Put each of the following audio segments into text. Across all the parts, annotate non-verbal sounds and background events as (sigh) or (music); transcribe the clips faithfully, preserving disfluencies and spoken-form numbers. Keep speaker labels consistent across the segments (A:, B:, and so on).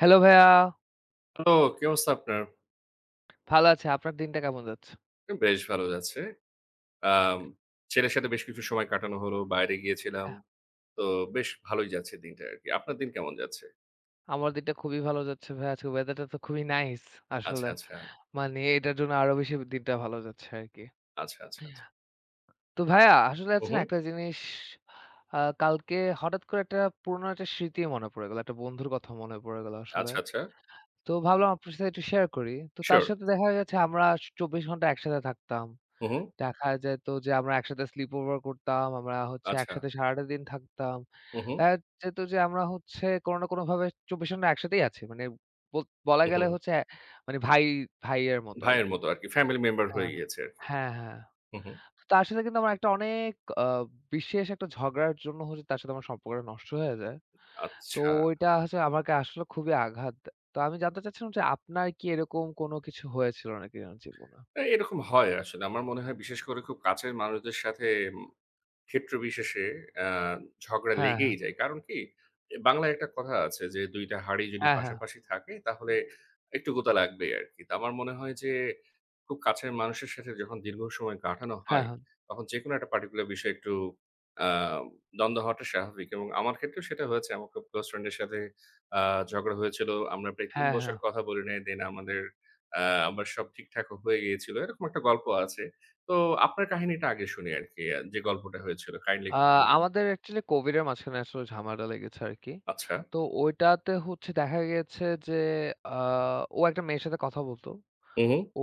A: Hello ভাইয়া,
B: তো কি অবস্থা আপনার?
A: ভালো আছি। আপনার দিনটা কেমন যাচ্ছে?
B: বেশ ভালো যাচ্ছে। আম ছেলের সাথে বেশ কিছু সময় কাটানো হলো। বাইরে গিয়েছিলাম।
A: হ্যাঁ,
B: তো বেশ ভালোই যাচ্ছে দিনটা আরকি। আপনার দিন কেমন যাচ্ছে?
A: আমার দিনটা খুবই ভালো যাচ্ছে ভাইয়া। আজকে ওয়েদারটা তো খুবই নাইস
B: আচ্ছা,
A: আসলে।
B: আচ্ছা।
A: মানে এটার জন্য আরো বেশি দিনটা ভালো যাচ্ছে আরকি।
B: আচ্ছা, আচ্ছা, আচ্ছা।
A: তো ভাইয়া আসলে
B: হু,
A: আছে
B: হু।
A: না একটা জিনিস, আ কালকে হঠাৎ করে একটা পুরনো একটা স্মৃতি মনে পড়ে গেল। একটা বন্ধুর কথা মনে পড়ে গেল আসলে।
B: আচ্ছা, আচ্ছা।
A: তো ভাবলাম আপনার সাথে একটু শেয়ার করি। তো তার
B: সিউর।
A: সাথে দেখা গেছে আমরা চব্বিশ ঘন্টা একসাথে থাকতাম।
B: হু, হু।
A: দেখা যেত যে আমরা একসাথে স্লিপ ওভার করতাম। আমরা হচ্ছে
B: আচ্ছা।
A: একসাথে সারাটা দিন থাকতাম।
B: হু, হু।
A: দেখা যেত যে আমরা হচ্ছে কোনো না কোনোভাবে চব্বিশ ঘন্টা একসাথেই আছি। মানে বল বলা
B: হু, হু।
A: গেলে হচ্ছে এ- মানে ভাই ভাইয়ের মতো
B: ভাইয়ের
A: আরকি।
B: মতো আরকি। ফ্যামিলি মেম্বার হয়ে
A: হ্যাঁ।
B: গিয়েছে আরকি।
A: হ্যাঁ, হ্যাঁ।
B: হু, হু।
A: তার সাথে কিন্তু আমার একটা অনেক আ বিশেষ একটা ঝগড়ার জন্য হচ্ছে তার সাথে আমার সম্পর্কটা নষ্ট হয়ে যায়। তো
B: আচ্ছা।
A: ওইটা হচ্ছে আমাকে আসলে খুবই আঘাত দেয়। তো আমি জানতে চাচ্ছিলাম যে আপনার কি এরকম কোনো কিছু হয়েছিল নাকি আপনার জীবনে?
B: এ এরকম হয় আসলে। আমার মনে হয় বিশেষ করে খুব কাছের মানুষদের সাথে ক্ষেত্র বিশেষে আ ঝগড়া
A: হ্যাঁ, হ্যাঁ।
B: লেগেই যায়। কারণ কি? এ বাংলায় একটা কথা আছে যে, "দুই টা হাঁড়ি যদি
A: হ্যাঁ, হ্যাঁ।
B: পাশাপাশি থাকে তাহলে একটু গোতা লাগবেই আরকি।" তো আমার মনে হয় যে, খুব কাছের মানুষের সাথে যখন দীর্ঘ সময় কাটানো
A: হ্যাঁ,
B: হয়,
A: হ্যাঁ।
B: তখন যেকোনো একটা পার্টিকুলার বিষয়ে একটু আ দ্বন্দ্ব হওয়াটা স্বাভাবিক এবং আমার ক্ষেত্রেও সেটা হয়েছে। আমার খুব ক্লোজ ফ্রেন্ড এর সাথে আ ঝগড়া হয়েছিল। আমরা প্রায় তিন
A: হ্যাঁ,
B: বছর
A: হ্যাঁ।
B: কথা বলি নাই। দেন আমাদের আ আবার সব ঠিকঠাকও হয়ে গিয়েছিল। এরকম একটা গল্প আছে। তো আপনার কাহিনীটা আগে শুনি আরকি। আ যে গল্পটা হয়েছিল কাইন্ডলি
A: আ
B: একটু বলবেন?
A: আমাদের অ্যাকচুয়ালি কোভিড এর মাঝখানে আসলে ঝামেলাটা লেগেছে আরকি।
B: আচ্ছা।
A: তো ওইটাতে হচ্ছে দেখা গেছে যে আ ও একটা মেয়ের সাথে কথা বলতো।
B: হু, হু।
A: ও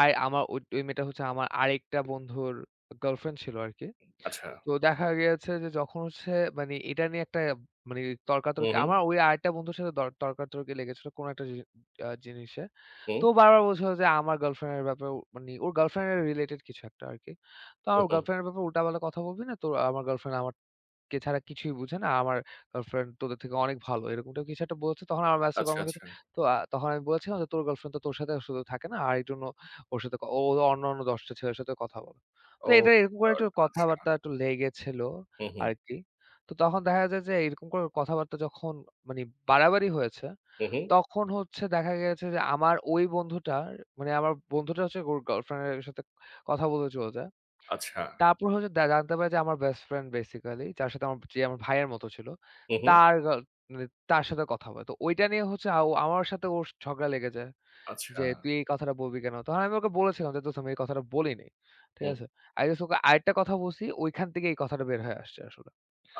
A: আর আমার ওই ওই মেয়েটা হচ্ছে আমার আরেকটা বন্ধুর গার্লফ্রেন্ড ছিল আরকি।
B: আচ্ছা।
A: তো দেখা গিয়েছে যে যখন হচ্ছে মানে এটা নিয়ে একটা মানে
B: হু,
A: তর্কাতর্কি
B: হু,
A: আমার ওই আরেকটা বন্ধুর সাথে দর তর্কাতর্কি লেগেছিল কোনো একটা জি আ জিনিসে।
B: হু,
A: তো বারবার বলছিল যে আমার গার্লফ্রেন্ড এর ব্যাপারে ও- মানে ওর গার্লফ্রেন্ড এর রিলেটেড কিছু একটা আরকি। তো
B: হু,
A: আমার
B: হু।
A: গার্লফ্রেন্ড এর ব্যাপারে উল্টাপাল্টা কথা বলবি না। তোর আমার গার্লফ্রেন্ড আমারকে ছাড়া কিছুই বুঝে না। আমার গার্লফ্রেন্ড তোদের থেকে অনেক ভালো। এরকম টাইপের কিছু একটা বলেছে। তখন আমার মেসেজ করে
B: আচ্ছা,
A: আমার কাছে।
B: আচ্ছা।
A: তো আ তখন আমি বলেছিলাম যে, "তোর গার্লফ্রেন্ড তো তোর সাথে শুধু থাকে না। আর এইজন্য ওর সাথে ক ও অন্যান্য দশ টা ছেলের সাথে কথা বলে।" তো
B: ওহ
A: এটা এরকম করে
B: গড!
A: একটু
B: আচ্ছা।
A: কথাবার্তা একটু লেগেছিল
B: হু, হু,
A: আরকি। তো তখন দেখা যায় যে, এরকম করে কথাবার্তা যখন মানে বাড়াবাড়ি হয়েছে,
B: হু, হু।
A: তখন হচ্ছে দেখা গেছে যে আমার ওই বন্ধুটার, মানে আমার বন্ধুটা হচ্ছে ওর গার্লফ্রেন্ড এর সাথে কথা বলে চলে যায়।
B: আচ্ছা।
A: তারপর হচ্ছে জা জানতে পারি যে আমার বেস্ট ফ্রেন্ড বেসিক্যালি যার সাথে আমার, যে আমার ভাইয়ের মতো ছিল,
B: হু, হু।
A: তার গার্ল মানে তার সাথে কথা বলে। তো ওইটা নিয়ে হচ্ছে আও আমার সাথে ওর ঝগড়া লেগে যায়
B: আচ্ছা।
A: যে, "তুই এই কথাটা বলবি কেন?" তখন আমি ওকে বলেছিলাম যে, "দোস্ত আমি এই কথাটা বলি নাই।" ঠিক
B: হু,
A: আছে? আই গেস ওকে আরেকটা কথা বলছি, ওইখান থেকে এই কথাটা বের হয়ে আসছে আসলে।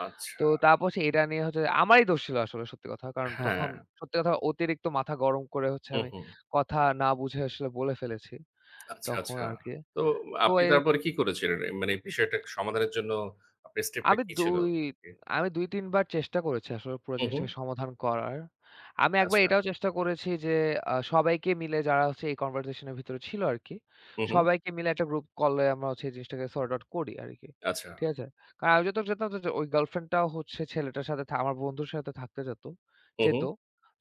B: আচ্ছা।
A: তো তারপর হচ্ছে এটা নিয়ে হচ্ছে আমারই দোষ ছিল আসলে সত্যি কথা। কারণ
B: হ্যাঁ।
A: তখন সত্যি কথা অতিরিক্ত মাথা গরম করে হচ্ছে
B: হু,
A: আমি
B: হু।
A: কথা না বুঝে আসলে বলে ফেলেছি
B: আচ্ছা,
A: তখন
B: আচ্ছা।
A: আরকি।
B: তো
A: তো
B: আপনি
A: এ
B: তারপরে কি করেছিলেন? এ মানে বিষয়টা সমাধানের জন্য আপনার স্টেপটা
A: আমি
B: কি ছিল
A: ২
B: আরকি?
A: আমি দুই তিন বার চেষ্টা করেছি আসলে পুরো
B: হু, হু।
A: জিনিসটাকে সমাধান করার। আমি একবার
B: আচ্ছা।
A: এটাও চেষ্টা করেছি যে আ সবাইকে মিলে যারা হচ্ছে এই কনভারসেশন এর ভিতরে ছিল আরকি,
B: হু, হু।
A: সবাইকে মিলে একটা গ্রুপ কলে আমরা হচ্ছে এই জিনিসটাকে সর্ট আউট করি আরকি।
B: আচ্ছা।
A: ঠিক আছে? কারণ আমি যতটুকু জানতাম যে ওই গার্লফ্রেন্ডটাও হচ্ছে ছেলেটার সাথে, থা আমার বন্ধুর সাথে থাকতে যেত
B: হু, হু।
A: যেত।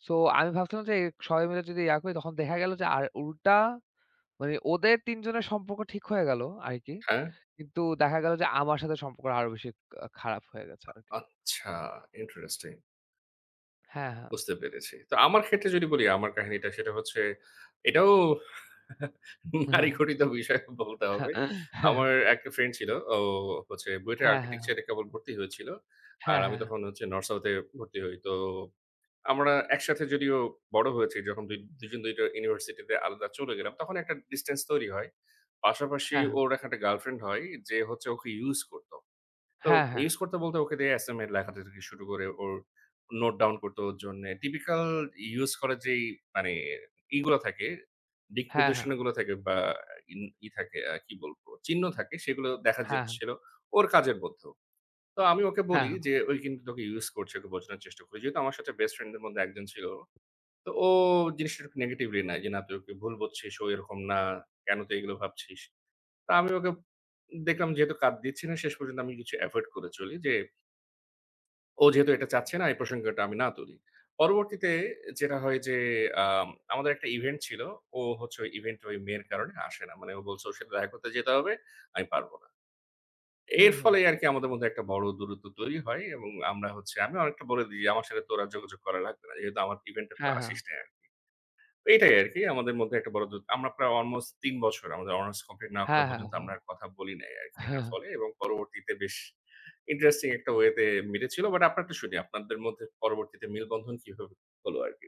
A: সো আমি ভাবছিলাম যে এই সবাই মিলে যদি ইয়া করি, তখন দেখা গেল যে আর উল্টা মানে ওদের তিন জনের সম্পর্ক ঠিক হয়ে গেল আরকি।
B: হ্যাঁ?
A: কিন্তু দেখা গেল যে আমার সাথে সম্পর্ক আরো বেশি আ খারাপ হয়ে গেছে আরকি।
B: আচ্ছা, ইন্টারেস্টিং।
A: হ্যাঁ, হ্যাঁ।
B: বুঝতে পেরেছি। তো আমার ক্ষেত্রে যদি বলি আমার কাহিনীটা সেটা হচ্ছে এটাও (laughs)
A: হ্যাঁ,
B: নারী
A: হ্যাঁ।
B: ঘটিত বিষয় বলতে হবে। আমার একটা ফ্রেন্ড ছিল। ও হচ্ছে বুয়েটের
A: হ্যাঁ, হ্যাঁ।
B: আর্কিটেকচারে কেবল ভর্তি হয়েছিল। আর
A: হ্যাঁ,
B: আমি
A: হ্যাঁ।
B: তখন হচ্ছে নর্থ সাউথ এ ভর্তি হই। তো আমরা একসাথে যদিও বড় হয়েছি, যখন দুই দুজন দুই টা ইউনিভার্সিটিতে আলাদা চলে গেলাম তখন একটা ডিসট্যান্স তৈরি হয়। পাশাপাশি ওর এখন একটা গার্লফ্রেন্ড হয় যে হচ্ছে ওকে ইউজ করত। তো
A: হ্যাঁ, হ্যাঁ।
B: ইউস করতে বলতে ওকে দিয়ে এসএমএ লেখা থেকে শুরু করে ওর নোট ডাউন করতো ওর জন্যে। টিপিক্যাল ইউস করার যেই মানে ইগুলা থাকে, দিক
A: হ্যাঁ, হ্যাঁ।
B: নির্দেশনাগুলো থাকে বা ইন ই থাকে আ কি বলবো? চিহ্ন থাকে, সেগুলো দেখা
A: হ্যাঁ,
B: যাচ্ছিল ওর কাজের মধ্যেও। তো আমি ওকে বলি
A: হ্যাঁ।
B: যে, "ওই কিন্তু তোকে ইউস করছে, ওকে বোঝানোর চেষ্টা করি।" যেহেতু আমার সাথে বেস্ট ফ্রেন্ড দের মধ্যে একজন ছিল। তো ও জিনিসটা একটু নেগেটিভলি নেয় যে, "না তুই ওকে ভুল বুঝছিস, ও এরকম না। কেন তুই এগুলো ভাবছিস?" তো আমি ওকে দেখলাম যেহেতু কাঁধ দিচ্ছি না, শেষ পর্যন্ত আমি কিছু এভয়েড করে চলি যে ও যেহেতু এটা চাচ্ছে না এই প্রসঙ্গটা আমি না তুলি। পরবর্তীতে যেটা হয় যে আম আমাদের একটা ইভেন্ট ছিল। ও হচ্ছে ওই ইভেন্টে ওই মেয়ের কারণে আসে না। মানে ও বলছে ওর সাথে দেখা করতে যেতে হবে, আমি পারব না।
A: হুম,
B: এর
A: হুম।
B: ফলে আরকি আমাদের মধ্যে একটা বড় দূরত্ব তৈরি হয় এবং আমরা হচ্ছে আমি অনেকটা বলে দিই যে আমার সাথে তোর আর যোগাযোগ করা লাগবে না। যেহেতু আমার ইভেন্টে তো
A: হ্যাঁ, হ্যাঁ।
B: আসিস নাই। এটাই আরকি আমাদের মধ্যে একটা বড় দূরত্ব। আমরা প্রায় অলমোস্ট তিন বছর আমাদের অনার্স কমপ্লিট না করা
A: হ্যাঁ, হ্যাঁ,
B: পর্যন্ত
A: হ্যাঁ।
B: আমরা আর কথা বলি নাই আরকি এটার
A: হ্যাঁ।
B: ফলে, এবং পরবর্তীতে বেশ ইন্টারেস্টিং একটা ওয়েতে মিটেছিল। বাট আপনারটা শুনি, আপনাদের মধ্যে পরবর্তীতে মেলবন্ধন কিভাবে হলো আরকি?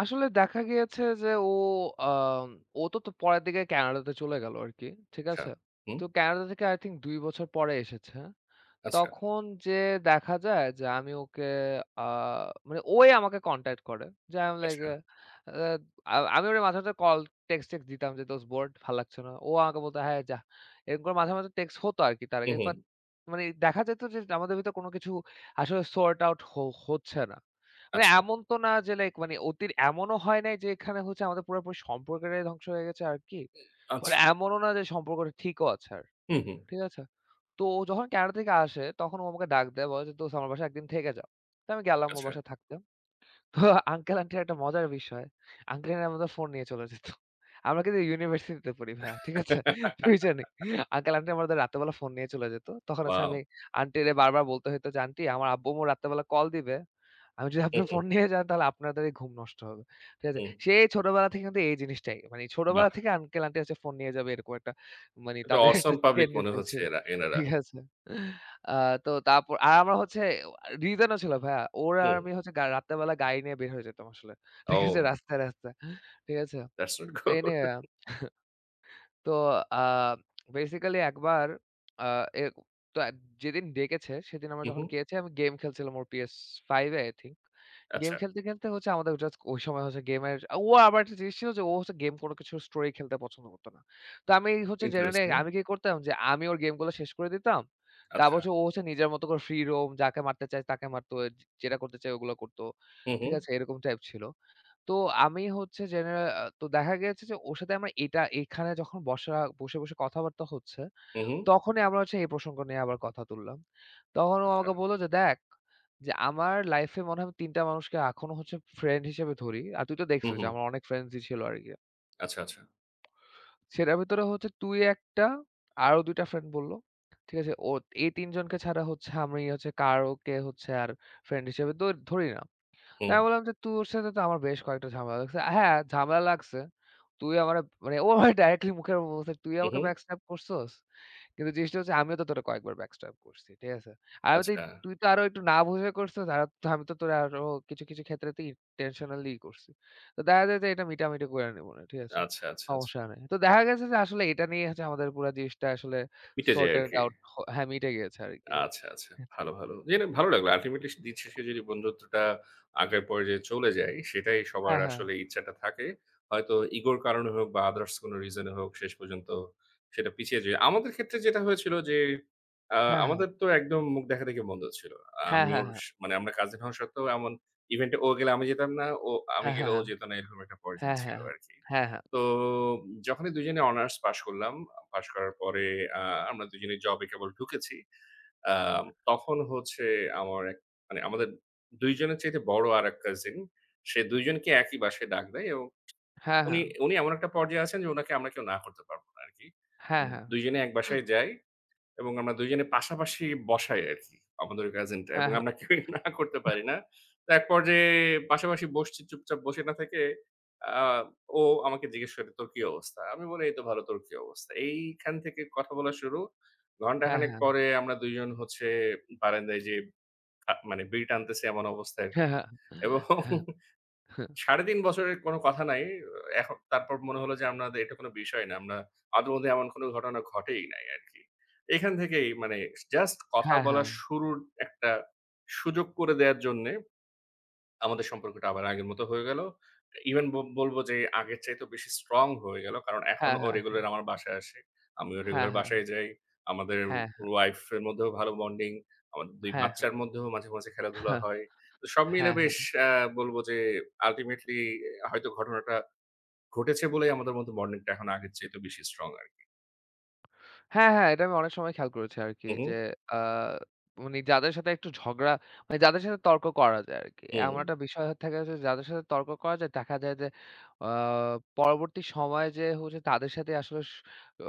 A: আসলে দেখা গিয়েছে যে ও আম ও তো তো পরের দিকে কানাডাতে চলে গেল আরকি। ঠিক
B: আচ্ছা।
A: আছে?
B: হুম?
A: তো কানাডা থেকে I think দুই বছর পরে এসেছে।
B: আচ্ছা,
A: তখন যে দেখা যায় যে আমি ওকে আ মানে ওই আমাকে কনট্যাক্ট করে। যে আই এম লাইক
B: আচ্ছা।
A: আ আ আমি ওরে মাঝে, মাঝে কল টেক্সট, টেক্সট দিতাম যে দোস্ত বোরড ভাল লাগছে না। ও আমাকে বলত হ্যাঁ যা। এরকম করে মাঝে, মাঝে টেক্সট হতো আরকি তার
B: হুম,
A: আগে।
B: হুম।
A: বাট মানে দেখা যেত যে আমাদের ভিতরে কোন কিছু আসলে সর্ট আউট হ হচ্ছে না। মানে
B: আচ্ছা,
A: এমন তো না যে লাইক, মানে অতির এমনও হয় নাই যে এখানে হচ্ছে আমাদের পুরোপুরি সম্পর্কটাই ধ্বংস হয়ে গেছে আরকি।
B: আচ্ছা।
A: পরে এমনও না যে সম্পর্কটা ঠিকও আছে আর।
B: হুম, হুম।
A: ঠিক আছে? তো ও যখন কানাডা থেকে আসে, তখন ও আমাকে ডাক দেয়। বলে যে, "দোস্ত আমার বাসায় একদিন থেকে যা।" তো আমি গেলাম ওর
B: আচ্ছা।
A: বাসায় থাকতে। আঙ্কেল আন্টির একটা মজার বিষয়। আঙ্কেল আন্টি আমাদের ফোন নিয়ে চলে যেত। আমরা কিন্তু ইউনিভার্সিটিতে পড়ি ভাইয়া। ঠিক আছে? টিউশনি। আঙ্কেল আন্টি আমাদের রাতের বেলা ফোন নিয়ে চলে যেত। তখন হচ্ছে
B: ওয়াও!
A: আমি আন্টিরে বারবার বলতে হইতো যে, "আন্টি আমার আব্বু-আম্মু রাত্রেবেলা কল দিবে। আমি যদি
B: হুম,
A: আপনার
B: হুম,
A: ফোন নিয়ে যাই তাহলে আপনাদের এই ঘুম নষ্ট হবে।" ঠিক আছে?
B: হুম।
A: সেই ছোটবেলা থেকে কিন্তু এই জিনিসটাই। মানে
B: বাহ!
A: ছোটবেলা থেকে আঙ্কেল আন্টি হচ্ছে ফোন নিয়ে যাবে এরকম একটা, মানে
B: একটা
A: তাদের
B: অসম
A: একটা
B: পাবলিক মনে
A: টেন্ডেন্সি
B: হচ্ছে
A: ছিল।
B: এরা এনারা।
A: ঠিক আছে? আ তো তারপর আর আমরা হচ্ছে, রিজন ও ছিল ভাইয়া। ওর আর
B: হুম।
A: আমি হচ্ছে গা রাত্রেবেলা গাড়ি নিয়ে বের হয়ে যেতাম আসলে। ঠিক আছে?
B: ও
A: রাস্তায়, রাস্তায়। ঠিক আছে?
B: That's not
A: any
B: good.
A: তো আ বেসিক্যালি একবার, আ এ তো এক- যেদিন ডেকেছে সেদিন আমরা
B: হুম,
A: যখন
B: হুম।
A: গিয়েছি, আমি গেম খেলছিলাম ওর পি এস ফাইভ এ আই থিংক। গেম
B: আচ্ছা।
A: খেলতে, খেলতে হচ্ছে আমাদের জাস্ট ওই সময় হচ্ছে গেমের, ও আবার একটা জিনিস ছিল যে ও হচ্ছে গেম কোনো কিছু স্টোরি খেলতে পছন্দ করত না। তো আমি হচ্ছে জেনারেলি
B: ইন্টারেস্টিং।
A: আমি কি করতাম যে আমি ওর গেমগুলো শেষ করে দিতাম। তারপর
B: আচ্ছা।
A: হচ্ছে ও হচ্ছে নিজের মতো করে ফ্রি রোম যাকে মারতে চায় তাকে মারত, যেটা করতে চায় ওগুলো করত।
B: হুম,
A: ঠিক
B: হুম।
A: আছে? এরকম টাইপ ছিল। তো আমি হচ্ছে জেনারেল আ তো দেখা গেছে যে ওর সাথে আমার এটা এখানে যখন বসা বসে, বসে কথাবার্তা হচ্ছে,
B: হুম, হুম।
A: তখনই আমরা হচ্ছে এই প্রসঙ্গ নিয়ে আবার কথা তুললাম। তখন ও
B: আচ্ছা।
A: আমাকে বলল যে, "দেখ, যে আমার লাইফে মনে হয় আমি তিন টা মানুষকে এখনো হচ্ছে ফ্রেন্ড হিসেবে ধরি। আর তুই তো
B: হুম,
A: দেখছিস যে
B: হুম।
A: আমার অনেক ফ্রেন্ডসই ছিল আরকি।
B: আচ্ছা, আচ্ছা।
A: সেটার ভিতরে হচ্ছে তুই একটা, আরো দুই টা ফ্রেন্ড বলল। ঠিক আছে? ও এই তিন জনকে ছাড়া হচ্ছে আমি হচ্ছে কারোকে হচ্ছে আর ফ্রেন্ড হিসেবে ধ ধরি না।"
B: হুম,
A: তাই বললাম যে, "তোর সাথে তো আমার বেশ কয়েকটা ঝামেলা লাগছে।" হ্যাঁ, ঝামেলা লাগছে। তুই আমারে মানে ও আমারে ডাইরেক্টলি মুখের উপর বলছে, "তুই
B: হু,
A: আমাকে
B: হুম।
A: backstab করছস?" কিন্তু জিনিসটা হচ্ছে আমিও তো তোরে কয়েকবার backstab করছি। ঠিক আছে? আমি তো
B: আচ্ছা,
A: তুই তো আরো একটু না বুঝে করছিস। আর তো- আমি তো তোরে আরো কিছু, কিছু ক্ষেত্রে তো intentionally করছি। তো দেখা যায় যে এটা মিটামিটি করে নিব না। ঠিক আছে?
B: আচ্ছা, আচ্ছা, আচ্ছা।
A: সমস্যা নাই। তো দেখা গেছে যে আসলে এটা নিয়ে হচ্ছে আমাদের পুরা জিনিসটা আসলে
B: মিটে যায়
A: sorted
B: আরকি।
A: out হ হ্যাঁ, মিটে গিয়েছে আরকি।
B: আচ্ছা, আচ্ছা। ভালো, ভালো। জেনে ভালো লাগলো। আল্টিমেটলি দিন শেষে যদি বন্ধুত্বটা আগের পর্যায়ে চলে যায়, সেটাই সবার
A: হ্যাঁ, হ্যাঁ।
B: আসলে ইচ্ছাটা থাকে। হয়তো ইগোর কারণে হোক বা আদার্স কোনো রিজন এ হোক শেষ পর্যন্ত সেটা পিছিয়ে যায়। আমাদের ক্ষেত্রে যেটা হয়েছিল যে, আ
A: হ্যাঁ, হ্যাঁ।
B: আমাদের তো একদম মুখ দেখাদেখি বন্ধ ছিল।
A: হ্যাঁ,
B: আমি
A: হ্যাঁ,
B: ওর
A: হ্যাঁ।
B: স মানে আমরা কাজিন হওয়া সত্ত্বেও এমন ইভেন্ট এ ও গেলে আমি যেতাম না, ও আমি
A: হ্যাঁ,
B: গেলে
A: হ্যাঁ,
B: ও
A: হ্যাঁ।
B: যেত না, এরকম একটা পর্যায়ে
A: হ্যাঁ, হ্যাঁ,
B: ছিল
A: হ্যাঁ।
B: আরকি।
A: হ্যাঁ, হ্যাঁ।
B: তো যখনই দুজনে অনার্স পাশ করলাম, পাশ করার পরে আ আমরা দুজনে জবে কেবল ঢুকেছি। আম তখন হচ্ছে আমার এক মানে আমাদের দুই জনের চাইতে বড় আরেক কাজিন। সে দুই জনকে একই বাসায় ডাক দেয় এবং
A: হ্যাঁ,
B: উনি
A: হ্যাঁ।
B: উনি এমন একটা পর্যায়ে আছেন যে উনাকে আমরা কেউ না করতে পারব না আরকি।
A: হ্যাঁ, হ্যাঁ।
B: দুই জনে এক বাসায় যাই। এবং আমরা দুই জনে পাশাপাশি বসাই আরকি আমাদের গাজেনটা, এবং আমরা কেউই (laughs) না করতে পারি না। তো এক পর্যায়ে পাশাপাশি বসছি, চুপচাপ বসে না থেকে আ ও আমাকে জিজ্ঞেস করে, "তোর কি অবস্থা?" আমি বলি, "এই তো ভালো, তোর কি অবস্থা?" এইখান থেকে কথা বলা শুরু।
A: হ্যাঁ,
B: ঘন্টাখানেক
A: হ্যাঁ।
B: পরে আমরা দুই জন হচ্ছে বারান্দায় যেয়ে আ মানে বিড়ি টানতেছি এমন অবস্থা
A: হ্যাঁ,
B: আরকি,
A: হ্যাঁ। হ্যাঁ,
B: এবং
A: হ্যাঁ।
B: সাড়ে তিন বছরের কোনো কথা নাই। এখন তারপর মনে হলো যে আমরা, এটা কোনো বিষয় না। আমরা আমাদের মধ্যে এমন কোনো ঘটনা ঘটেই নাই আরকি। এখান থেকেই মানে জাস্ট কথা
A: হ্যাঁ, হ্যাঁ।
B: বলার শুরুর একটা সুযোগ করে দেয়ার জন্যে আমাদের সম্পর্কটা আবার আগের মতো হয়ে গেল। ইভেন ব বলবো যে আগের চাইতেও বেশি স্ট্রং হয়ে গেল। কারণ এখন
A: হ্যাঁ,
B: ও
A: হ্যাঁ।
B: রেগুলার আমার বাসায় আসে। আমিও
A: হ্যাঁ,
B: রেগুলার
A: হ্যাঁ।
B: বাসায় যাই। আমাদের
A: হ্যাঁ, হ্যাঁ।
B: ওয়াইফ এর মধ্যেও ভালো বন্ডিং। আমাদের দুই
A: হ্যাঁ, হ্যাঁ।
B: বাচ্চার মধ্যেও মাঝে, মাঝে খেলাধুলা
A: হ্যাঁ,
B: হয়। তো সব মিলে
A: হ্যাঁ।
B: বেশ আ বলবো যে আল্টিমেটলি হয়তো ঘটনাটা ঘটেছে বলেই আমাদের মধ্যে বন্ডিংটা এখন আগের চাইতে বেশি স্ট্রং আরকি।
A: হ্যাঁ, হ্যাঁ, এটা আমি অনেক সময় খেয়াল করেছি আরকি
B: হু, হু,
A: যে, আ মানে যাদের সাথে একটু ঝগড়া মানে যাদের সাথে তর্ক করা যায় আরকি।
B: হুম।
A: এমন একটা বিষয় থাকে যে যাদের সাথে তর্ক করা যায় দেখা যায় যে, আ পরবর্তী সময়ে যে হচ্ছে তাদের সাথে আসলে স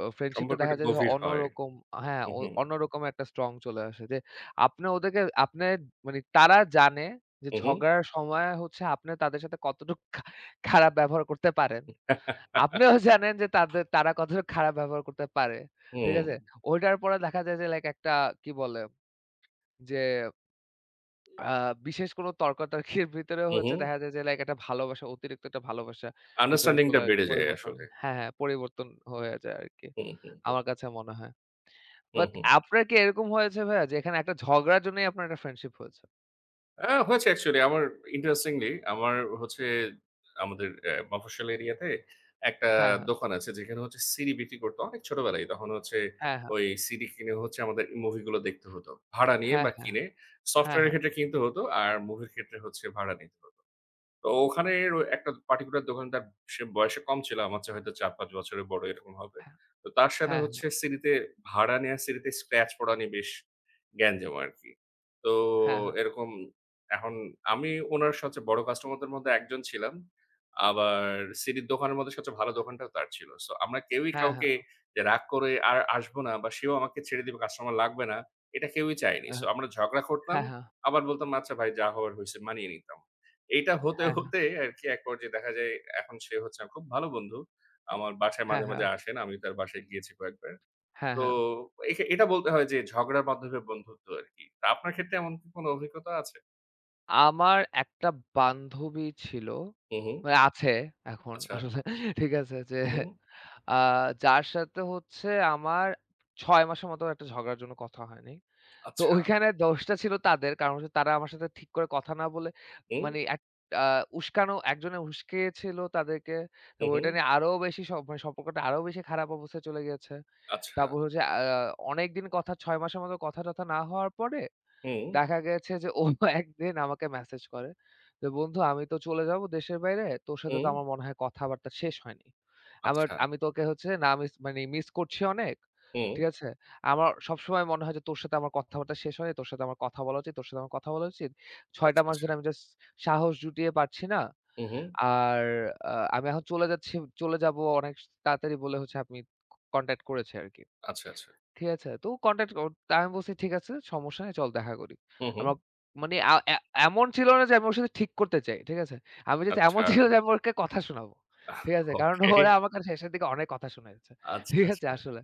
A: আ ফ্রেন্ডশিপটা
B: সম্পর্কটা
A: দেখা যায় যে
B: গভীর হয়।
A: অন্যরকম, হ্যাঁ,
B: হু,
A: অ
B: হু,
A: অন্যরকম একটা স্ট্রং চলে আসে। যে আপনি ওদেরকে আপনি মানে তারা জানে যে
B: হু, হু।
A: ঝগড়ার সময় হচ্ছে আপনি তাদের সাথে কতটুকু খা খারাপ ব্যবহার করতে পারেন। আপনিও
B: (laughs)
A: জানেন যে তাদের তারা কতটা খারাপ ব্যবহার করতে পারে। ঠিক
B: হুম,
A: আছে? ওইটার পরে দেখা যায় যে লাইক একটা, কি বলে? যে আ বিশেষ কোনো তর্কাতর্কির ভিতরেও
B: হু, হু।
A: হচ্ছে দেখা যায় যে লাইক একটা ভালোবাসা, অতিরিক্ত একটা ভালোবাসা ভিতরে
B: আন্ডারস্ট্যান্ডিংটা
A: চলে
B: বেড়ে যায়
A: পরিবর্তন
B: আসলে।
A: হ্যাঁ, হ্যাঁ, পরিবর্তন হয়ে যায় আরকি।
B: হুম, হুম, হুম,
A: আমার কাছে মনে হয়।
B: হুম।
A: বাট
B: হুম।
A: আপনার কি এরকম হয়েছে ভাইয়া যে এখানে একটা ঝগড়ার জন্যই আপনার একটা ফ্রেন্ডশিপ হয়েছে?
B: আ হয়েছে অ্যাকচুয়ালি আমার ইন্টারেস্টিংলি আমার হচ্ছে আমাদের অ্যা মফস্বল এরিয়াতে একটা
A: হ্যাঁ, হ্যাঁ,
B: দোকান আছে যেখানে হচ্ছে সিডি বিক্রি করত অনেক ছোটবেলায়। তখন হচ্ছে
A: হ্যাঁ, হ্যাঁ,
B: ওই সিডি কিনে হচ্ছে আমাদের মুভিগুলো দেখতে হতো। ভাড়া নিয়ে
A: হ্যাঁ,
B: বা
A: হ্যাঁ,
B: কিনে,
A: হ্যাঁ,
B: সফটওয়্যারের ক্ষেত্রে কিনতে হতো আর মুভির ক্ষেত্রে হচ্ছে ভাড়া নিতে হতো। তো ওখানের ও একটা পার্টিকুলার দোকানদার, সে বয়সে কম ছিল। আমার চেয়ে হয়তো চার পাঁচ বছরের বড় এরকম হবে। তো তার সাথে
A: হ্যাঁ,
B: হচ্ছে সিডিতে, ভাড়া নেয়া সিডিতে স্ক্র্যাচ পড়া নিয়ে বেশ গ্যাঞ্জাম আরকি। তো
A: হ্যাঁ, হ্যাঁ,
B: এরকম এখন আমি উনার সবচেয়ে বড় কাস্টমারদের মধ্যে একজন ছিলাম। আবার সিডির দোকানের মধ্যে সবচেয়ে ভালো দোকানটাও তার ছিল। সো আমরা কেউই
A: হ্যাঁ, হ্যাঁ,
B: কাউকে, যে রাগ করে আর আসবো না বা সেও আমাকে ছেড়ে দিবে কাস্টমার লাগবে না, এটা কেউই চায়নি।
A: হ্যাঁ,
B: সো
A: হ্যাঁ, হ্যাঁ,
B: আমরা ঝগড়া করতাম।
A: হ্যাঁ, হ্যাঁ, হ্যাঁ, হ্যাঁ,
B: আবার বলতাম, "আচ্ছা ভাই যা হওয়ার হইছে।" মানিয়ে নিতাম। এইটা হতে, হতে আরকি এক পর্যায়ে দেখা যায় এখন সে হচ্ছে আমার খুব ভালো বন্ধু। আমার বাসায়
A: হ্যাঁ,
B: মাঝে, মাঝে
A: হ্যাঁ, হ্যাঁ,
B: আসেন। আমি তার বাসায় গিয়েছি কয়েকবার।
A: হ্যাঁ,
B: তো
A: হ্যাঁ।
B: এখে এটা বলতে হয় যে ঝগড়ার মাধ্যমে বন্ধুত্ব আরকি। তা আপনার ক্ষেত্রে এমন কি কোনো অভিজ্ঞতা আছে?
A: আমার একটা বান্ধবী ছিল,
B: হু, হু।
A: মানে আছে এখন
B: আচ্ছা।
A: আসলে। ঠিক আছে? যে
B: হু, হু।
A: আ যার সাথে হচ্ছে আমার ছয় মাসের মতো একটা ঝগড়ার জন্য কথা হয়নি। তো
B: আচ্ছা।
A: ওইখানে দোষটা ছিল তাদের। কারণ হচ্ছে তারা আমার সাথে ঠিক করে কথা না বলে,
B: হুম,
A: মানে এক আ উস্কানো একজনে উস্কিয়েছিল তাদেরকে।
B: হু,
A: তারপর
B: হু।
A: ওইটা নিয়ে আরো বেশি সম মানে সম্পর্কটা আরো বেশি খারাপ অবস্থায় চলে গিয়েছে।
B: আচ্ছা।
A: তারপর হচ্ছে আ অনেকদিন কথা ছয় মাসের মতো কথা-টথা না হওয়ার পরে
B: হুম,
A: দেখা গেছে যে ও (laughs) একদিন আমাকে মেসেজ করে যে, "বন্ধু আমি তো চলে যাব দেশের বাইরে। তোর সাথে তো
B: হুম।
A: আমার মনে হয় কথাবার্তা শেষ হয়নি। আমার
B: আচ্ছা।
A: আমি তোকে হচ্ছে না মিস মানে মিস করছি অনেক।
B: হুম।
A: ঠিক আছে? আমার সবসময় মনে হয় যে তোর সাথে আমার কথাবার্তা শেষ হয়নি। তোর সাথে আমার কথা বলা উচিত, তোর সাথে আমার কথা বলা উচিত। ছয় টা
B: আচ্ছা,
A: মাস
B: আচ্ছা।
A: ধরে আমি জাস্ট সাহস জুটিয়ে পারছি না।
B: হু, হু।
A: আর আ আমি এখন চলে যাচ্ছি, চলে যাব অনেক তাড়াতাড়ি" বলে হচ্ছে আমি কনট্যাক্ট করেছি আরকি।
B: আচ্ছা, আচ্ছা।
A: ঠিক আছে? তো কনট্যাক্ট কর তা আমি বলছি, "ঠিক আছে, সমস্যা নাই। চল দেখা করি।"
B: হু, হু।
A: আমরা মানে আ এ এমন ছিল না যে আমি ওর সাথে ঠিক করতে চাই। ঠিক আছে? আমি চাইছি এমন
B: আচ্ছা।
A: (laughs) ছিল যে আমি ওকে কথা শোনাবো।
B: আহ
A: ঠিক আছে? কারণ
B: ওকে।
A: ওরা আমাকে শেষের দিকে অনেক কথা শুনিয়েছে।
B: আচ্ছা,
A: ঠিক আছে?
B: আচ্ছা।
A: আসলে।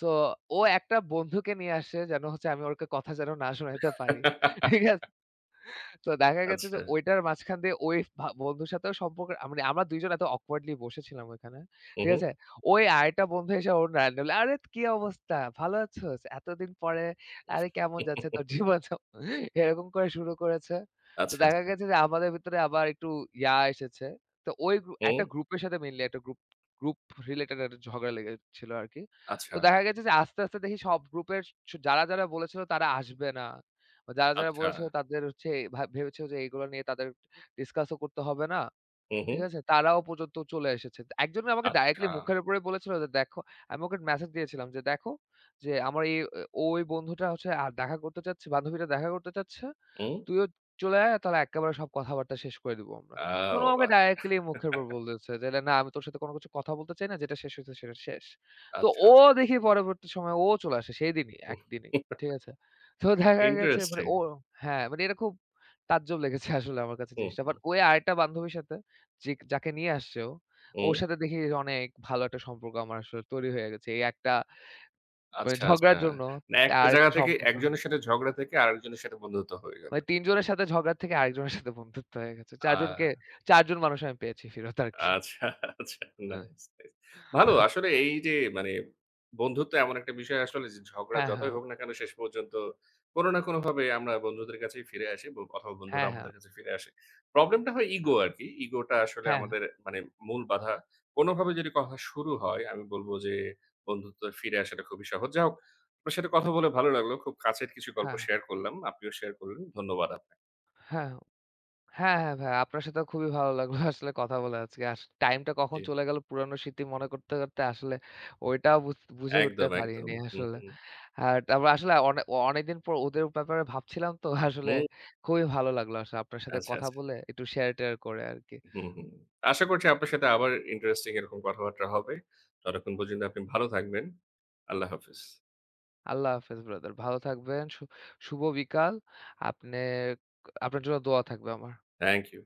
A: সো ও একটা বন্ধুকে নিয়ে আসে যেন হচ্ছে আমি ওকে কথা যেন না শোনাইতে পারি। ঠিক
B: (laughs)
A: আছে? তো দেখা গেছে যে
B: আচ্ছা।
A: ঐটার মাঝখান দিয়ে ওই ভা বন্ধুর সাথেও সম্পর্ক আ মানে আমরা দুই জন এত awkwardly বসেছিলাম ওইখানে।
B: হু,
A: ঠিক
B: হু।
A: আছে? ওই আরেকটা বন্ধু এসে ওর randomly "আরে কি অবস্থা? ভালো আছোস? এতদিন পরে আরে কেমন যাচ্ছে তোর
B: (laughs)
A: জীবন?" এরকম করে শুরু করেছে। তো
B: আচ্ছা,
A: দেখা
B: আচ্ছা।
A: গেছে যে আমাদের ভিতরে আবার একটু ইয়া এসেছে। তো ওই গ্রু
B: হুম।
A: একটা গ্রুপের সাথে মেইনলি একটা গ্রুপ গ্রুপ রিলেটেড একটা ঝগড়া লেগেছিল আরকি। তো
B: আচ্ছা,
A: দেখা গেছে যে আস্তে, আস্তে দেখি সব গ্রুপের স যারা, যারা বলেছিল তারা আসবে না। যারা, যারা
B: আচ্ছা।
A: বলেছিল তাদের হচ্ছে ভা ভেবেছিল যে এগুলো নিয়ে তাদের ডিসকাসও করতে হবে না।
B: হু, হু।
A: ঠিক আছে? তারাও পর্যন্ত চলে এসেছে। একজন আমাকে
B: আচ্ছা।
A: ডাইরেক্টলি মুখের উপরে বলেছিল যে, "দেখো"। আমি ওকে মেসেজ দিয়েছিলাম যে, "দেখো যে আমার এই, ওই বন্ধুটা হচ্ছে আর দেখা করতে চাচ্ছে, বান্ধবীটা দেখা করতে চাচ্ছে।
B: হুম।
A: তুইও চলে আয় তাহলে একেবারে সব কথাবার্তা শেষ করে দিব আমরা।" তখন
B: আও
A: ও
B: আ
A: আমাকে ডাইরেক্টলি মুখের উপর বলতেছে যে, "না আমি তোর সাথে কোনো কিছু কথা বলতে চাই না। যেটা শেষ হয়েছে সেটা শেষ।" তো
B: আচ্ছা।
A: ও দেখি পরবর্তী সময়ে ও চলে আসে সেদিনই, একদিনেই। ঠিক আছে? তো দেখা গেছে মানে
B: ইন্টারেস্টিং।
A: ও, হ্যাঁ, মানে এটা খুব তাজ্জব লেগেছে আসলে আমার কাছে
B: হুম,
A: জিনিসটা।
B: হুম,
A: বাট ওই আরেকটা বান্ধবীর সাথে, যে যাকে নিয়ে আসছে ও,
B: হুম।
A: ওর সাথে দেখি অনেক ভালো একটা সম্পর্ক আমার আসলে তৈরি হয়ে গেছে। এই একটা মানে
B: আচ্ছা, আচ্ছা।
A: ঝগড়ার জন্য
B: না, একটা জায়গা
A: আরেকটা
B: থেকে
A: সম্পর্ক।
B: একজনের সাথে ঝগড়া থেকে আরেকজনের সাথে বন্ধুত্ব হয়ে গেল।
A: মানে তিন জনের সাথে ঝগড়া থেকে আরেকজনের সাথে বন্ধুত্ব হয়ে গেছে।
B: আ
A: চার জনকে চার জন মানুষ আমি পেয়েছি ফেরত আরকি।
B: আচ্ছা, আচ্ছা।
A: হ্যাঁ,
B: নাইস, নাইস। ভালো আসলে এই যে মানে বন্ধুত্ব এমন একটা বিষয় আসলে যে ঝগড়া
A: হ্যাঁ।
B: যতই হোক না কেন শেষ পর্যন্ত কোন না কোনভাবে আমরা বন্ধুদের কাছেই ফিরে আসি ব অথবা বন্ধুরা
A: হ্যাঁ, হ্যাঁ।
B: আমাদের কাছে ফিরে আসে। প্রবলেমটা হয় ইগো আরকি। ইগোটা আসলে
A: হ্যাঁ, হ্যাঁ।
B: আমাদের মানে মূল বাধা। কোনভাবে যদি কথা শুরু হয় আমি বলব যে বন্ধুত্ব ফিরে আসাটা খুবই সহজ। যা হোক, আপনার সাথে কথা বলে ভালো লাগলো। খুব কাছের কিছু গল্প
A: হ্যাঁ,
B: শেয়ার করলাম। আপনিও শেয়ার করলেন। ধন্যবাদ আপনাকে।
A: হ্যাঁ। হ্যাঁ। হ্যাঁ, হ্যাঁ, ভাই। আপনার সাথেও খুবই ভালো লাগলো (laughs) আসলে কথা বলে আজকে। আস টাইমটা কখন
B: জি,
A: চলে গেল পুরানো স্মৃতি মনে করতে, করতে আসলে ওইটাও বুঝ বুঝে উঠতে
B: একদম, একদম।
A: পারিনি
B: হুম,
A: আসলে।
B: হুম,
A: আর তারপর আসলে অনে অনেকদিন পর ওদের ব্যাপারে ভাবছিলাম তো (laughs) আসলে
B: হুম।
A: খুবই ভালো লাগলো আসলে আপনার সাথে
B: আচ্ছা,
A: কথা
B: আচ্ছা।
A: বলে একটু শেয়ার-টেয়ার করে আরকি।
B: হুম, হুম। আশা করছি আপনার সাথে আবার ইন্টারেস্টিং এরকম কথাবার্তা হবে। ততক্ষণ পর্যন্ত আপনি ভালো থাকবেন। আল্লাহ হাফেজ।
A: আল্লাহ হাফেজ ব্রাদার। ভালো থাকবেন। শু শুভ বিকাল। আপনে আপনার জন্য দোয়া থাকবে আমার।
B: Thank you.